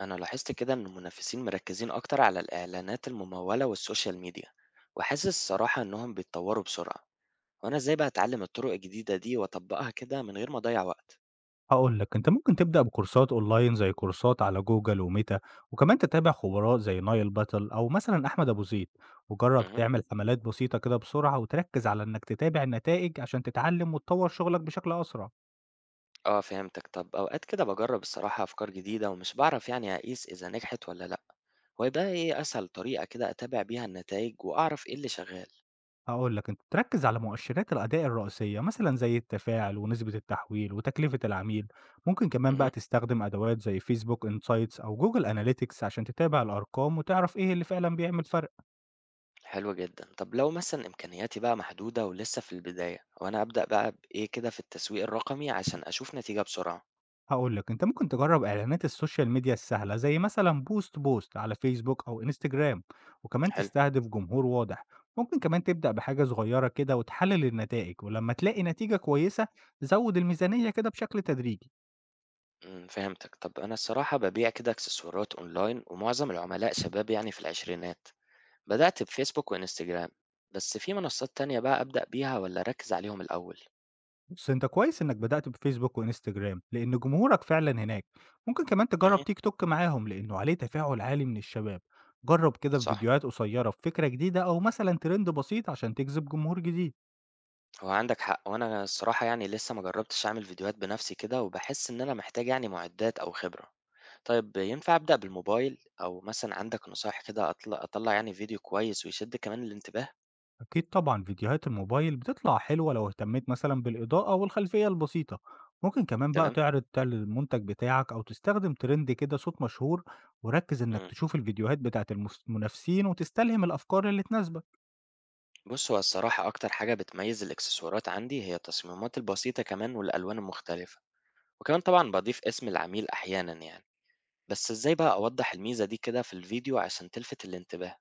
أنا لاحظت كده إن المنافسين مركزين أكتر على الإعلانات الممولة والسوشيال ميديا، وحاسس الصراحة إنهم بيتطوروا بسرعة. وأنا إزاي بقى أتعلم الطرق الجديدة دي وأطبقها كده من غير ما أضيع وقت؟ هاقول لك، أنت ممكن تبدأ بكورسات أونلاين زي كورسات على جوجل وميتا، وكمان تتابع خبراء زي نايل باتل أو مثلًا أحمد أبو زيد، وجرب مه. تعمل حملات بسيطة كده بسرعة وتركز على إنك تتابع النتائج عشان تتعلم وتطور شغلك بشكل أسرع. آه، فهمتك. طب أوقات كده بجرب الصراحة أفكار جديدة ومش بعرف يعني أقيس إذا نجحت ولا لأ، ويبقى إيه أسهل طريقة كده أتابع بيها النتائج وأعرف إيه اللي شغال؟ هاقول لك، أنت تركز على مؤشرات الأداء الرئيسية مثلًا زي التفاعل ونسبة التحويل وتكلفة العميل، ممكن كمان بقى مه. تستخدم أدوات زي فيسبوك انسايتس أو جوجل أناليتكس عشان تتابع الأرقام وتعرف إيه اللي فعلًا بيعمل فرق. حلو جدا. طب لو مثلا إمكانياتي بقى محدودة ولسه في البداية، وأنا أبدأ بقى بإيه كده في التسويق الرقمي عشان أشوف نتيجة بسرعة؟ هاقول لك، أنت ممكن تجرّب إعلانات السوشيال ميديا السهلة، زي مثلًا بوست على فيسبوك أو إنستجرام، وكمان حلو. تستهدف جمهور واضح. ممكن كمان تبدأ بحاجة صغيرة كده وتحلل النتائج، ولما تلاقي نتيجة كويسة زوّد الميزانية كده بشكل تدريجي. فهمتك. طب أنا الصراحة بابيع كده إكسسوارات أونلاين، ومعظم العملاء شباب يعني في العشرينات. بدأت بفيسبوك وإنستجرام، بس في منصات تانية بقى أبدأ بيها والّا أركّز عليهم الأول؟ بس أنت كويس إنك بدأت بفيسبوك وإنستجرام، لإن جمهورك فعلًا هناك. ممكن كمان تجرّب اهم. تيك توك معاهم، لإنه عليه تفاعل عالي من الشباب. جرّب كده صح. بفيديوهات قصيرة بفكرة جديدة أو مثلًا ترند بسيط عشان تجذب جمهور جديد. هو عندك حق، وأنا الصراحة يعني لسه ما جرّبتش أعمل فيديوهات بنفسي كده، وباحس إن أنا محتاج يعني معدات أو خبرة. طيب ينفع أبدأ بالموبايل، أو مثلًا عندك نصايح كده أطلّع يعني فيديو كويس ويشد كمان الانتباه؟ أكيد طبعا فيديوهات الموبايل بتطلع حلوة لو اهتميت مثلا بالإضاءة والخلفية البسيطة. ممكن كمان بقى تمام. تعرض المنتج بتاعك أو تستخدم ترند كده صوت مشهور. وركز إنك إمم. تشوف الفيديوهات بتاعت المنافسين وتستلهم الأفكار اللي تناسبك. بص، هو الصراحة أكتر حاجة بتميز الإكسسوارات عندي هي التصميمات البسيطة كمان والألوان المختلفة، وكمان طبعا بضيف اسم العميل أحيانا يعني. بس إزاي بقى أوضح الميزة دي كده في الفيديو عشان تلفت الانتباه؟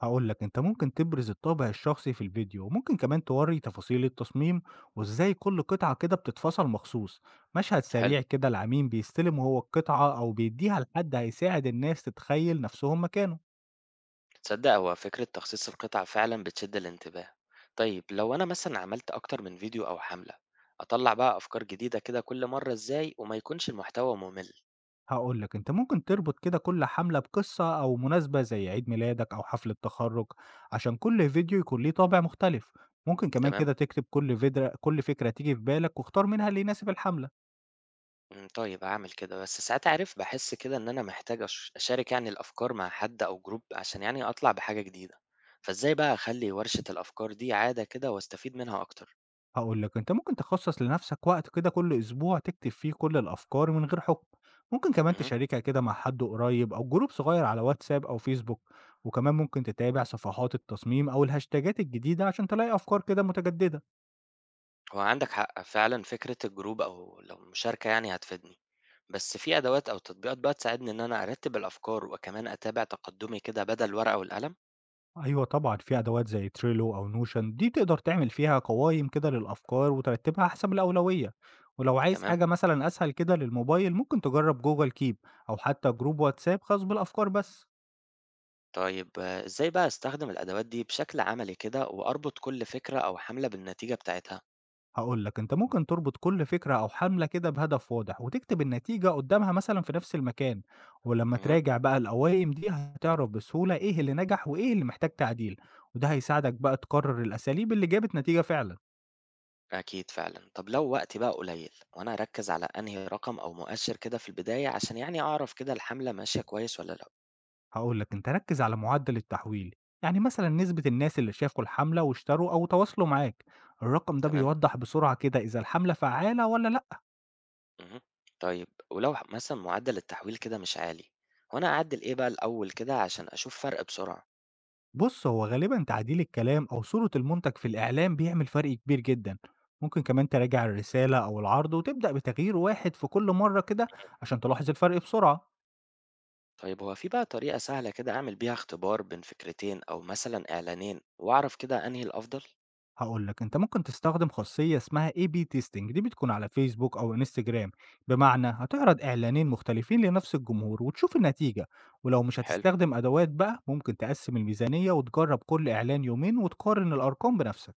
هقولك أنت ممكن تبرز الطابع الشخصي في الفيديو وممكن كمان توري تفاصيل التصميم وإزاي كل قطعة كده بتتفصل مخصوص. مشهد حلو. سريع كده العميل بيستلم وهو القطعة أو بيديها لحد هيساعد الناس تتخيل نفسهم مكانه. تصدق هو فكرة تخصيص القطع فعلا بتشد الانتباه. طيب لو أنا مثلا عملت أكتر من فيديو أو حملة، أطلع بقى أفكار جديدة كده كل مرة إزاي وما يكونش المحتوى ممل؟ هاقول لك، أنت ممكن تربط كده كل حملة بقصة أو مناسبة زي عيد ميلادك أو حفلة تخرُّج، عشان كل فيديو يكون ليه طابع مختلف. ممكن كمان تمام. كده تكتب كل فكرة تيجي في بالك واختار منها اللي يناسب الحملة. طيب هاعمل كده. بس ساعات عارف باحس كده إن أنا محتاج أشارك يعني الأفكار مع حد أو group عشان يعني أطلع بحاجة جديدة، فإزاي بقى أخلّي ورشة الأفكار دي عادة كده وأستفيد منها أكتر؟ هاقول لك، أنت ممكن تخصّص لنفسك وقت كده كل أسبوع تكتب فيه كل الأفكار من غير حكم. ممكن كمان اهم. تشاركها كده مع حد قريب أو جروب صغير على واتساب أو فيسبوك. وكمان ممكن تتابع صفحات التصميم أو الهاشتاجات الجديدة عشان تلاقي أفكار كده متجددة. هو عندك حق فعلًا، فكرة الgroup أو لو مشاركة يعني هتفيدني. بس في أدوات أو تطبيقات بقى تساعدني إن أنا أرتّب الأفكار وكمان أتابع تقدمي كده بدل الورقة والقلم؟ أيوه طبعًا، في أدوات زي Trello أو Notion دي تقدر تعمل فيها قوائم كده للأفكار وترتبها حسب الأولوية، ولو عايز تمام. حاجة مثلًا أسهل كده للموبايل ممكن تجرب Google Keep أو حتى جروب واتساب خاص بالأفكار بس. طيب آه، إزاي بقى أستخدم الأدوات دي بشكل عملي كده وأربط كل فكرة أو حملة بالنتيجة بتاعتها؟ هاقول لك أنت ممكن تربط كل فكرة أو حملة كده بهدف واضح وتكتب النتيجة قدامها مثلًا في نفس المكان، ولما اهم. تراجع بقى القوائم دي هتعرف بسهولة إيه اللي نجح وإيه اللي محتاج تعديل، وده هيساعدك بقى تقرر الأساليب اللي جابت نتيجة فعلًا. أكيد فعلًا. طب لو وقتي بقى قليل، وأنا أركّز على أنهي رقم أو مؤشر كده في البداية عشان يعني أعرف كده الحملة ماشية كويس والّا لأ؟ هقول لك انت ركز على معدل التحويل، يعني مثلا نسبة الناس اللي شافوا الحملة واشتروا أو تواصلوا معاك. الرقم ده تمام. بيوضح بسرعة كده إذا الحملة فعالة ولا لأ. اهم. طيب ولو ح مثلًا معدل التحويل كده مش عالي، هو أنا أعدّل إيه بقى الأول كده عشان أشوف فرق بسرعة؟ بص هو غالبا تعديل الكلام أو صورة المنتج في الإعلام بيعمل فرق كبير جدا. ممكن كمان تراجع الرسالة أو العرض وتبدأ بتغيير واحد في كل مرة كده عشان تلاحظ الفرق بسرعة. طيب هو في بقى طريقة سهلة كده أعمل بيها اختبار بين فكرتين أو مثلًا إعلانين وأعرف كده أنهي الأفضل؟ هاقول لك، أنت ممكن تستخدم خاصية اسمها AB testing دي بتكون على فيسبوك أو إنستجرام، بمعنى هتعرض إعلانين مختلفين لنفس الجمهور وتشوف النتيجة، ولو مش حلو. هتستخدم أدوات بقى ممكن تقسم الميزانية وتجرب كل إعلان 2 يومين وتقارن الأرقام بنفسك.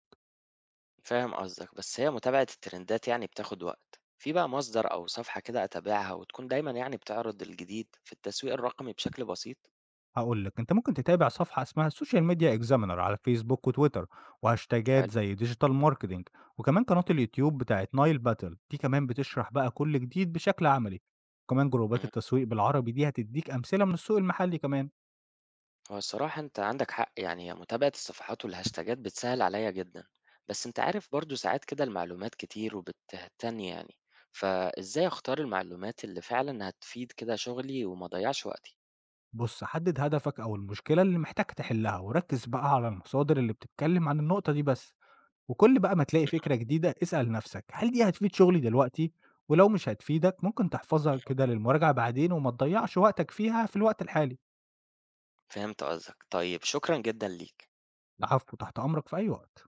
فاهم قصدك. بس هي متابعة الترندات يعني بتاخد وقت، في بقى مصدر أو صفحة كده أتابعها وتكون دايما يعني بتعرض الجديد في التسويق الرقمي بشكل بسيط؟ هاقول لك، أنت ممكن تتابع صفحة اسمها السوشيال ميديا إكزامينر على فيسبوك وتويتر، وهاشتاجات حلو. زي ديجيتال ماركتينج، وكمان قناة اليوتيوب بتاعة نايل باتل دي كمان بتشرح بقى كل جديد بشكل عملي. وكمان جروبات مهم. التسويق بالعربي دي هتديك أمثلة من السوق المحلي كمان. هو الصراحة أنت عندك حق، يعني هي متابعة الصفحات والهاشتاجات بتسهل عليا جدا. بس أنت عارف برضو ساعات كده المعلومات كتير وبتهتني يعني، فإزاي أختار المعلومات اللي فعلا هتفيد كده شغلي وما ضيعش وقتي؟ بُص، حدد هدفك أو المشكلة اللي محتاج تحلها، وركز بقى على المصادر اللي بتتكلم عن النقطة دي بس، وكل بقى ما تلاقي فكرة جديدة اسأل نفسك هل دي هتفيد شغلي دلوقتي؟ ولو مش هتفيدك ممكن تحفظها مهم. كده للمراجعة بعدين وما تضيعش وقتك فيها في الوقت الحالي. فهمت قصدك. طيب شكرا جدا ليك. العفو، تحت أمرك في أي وقت.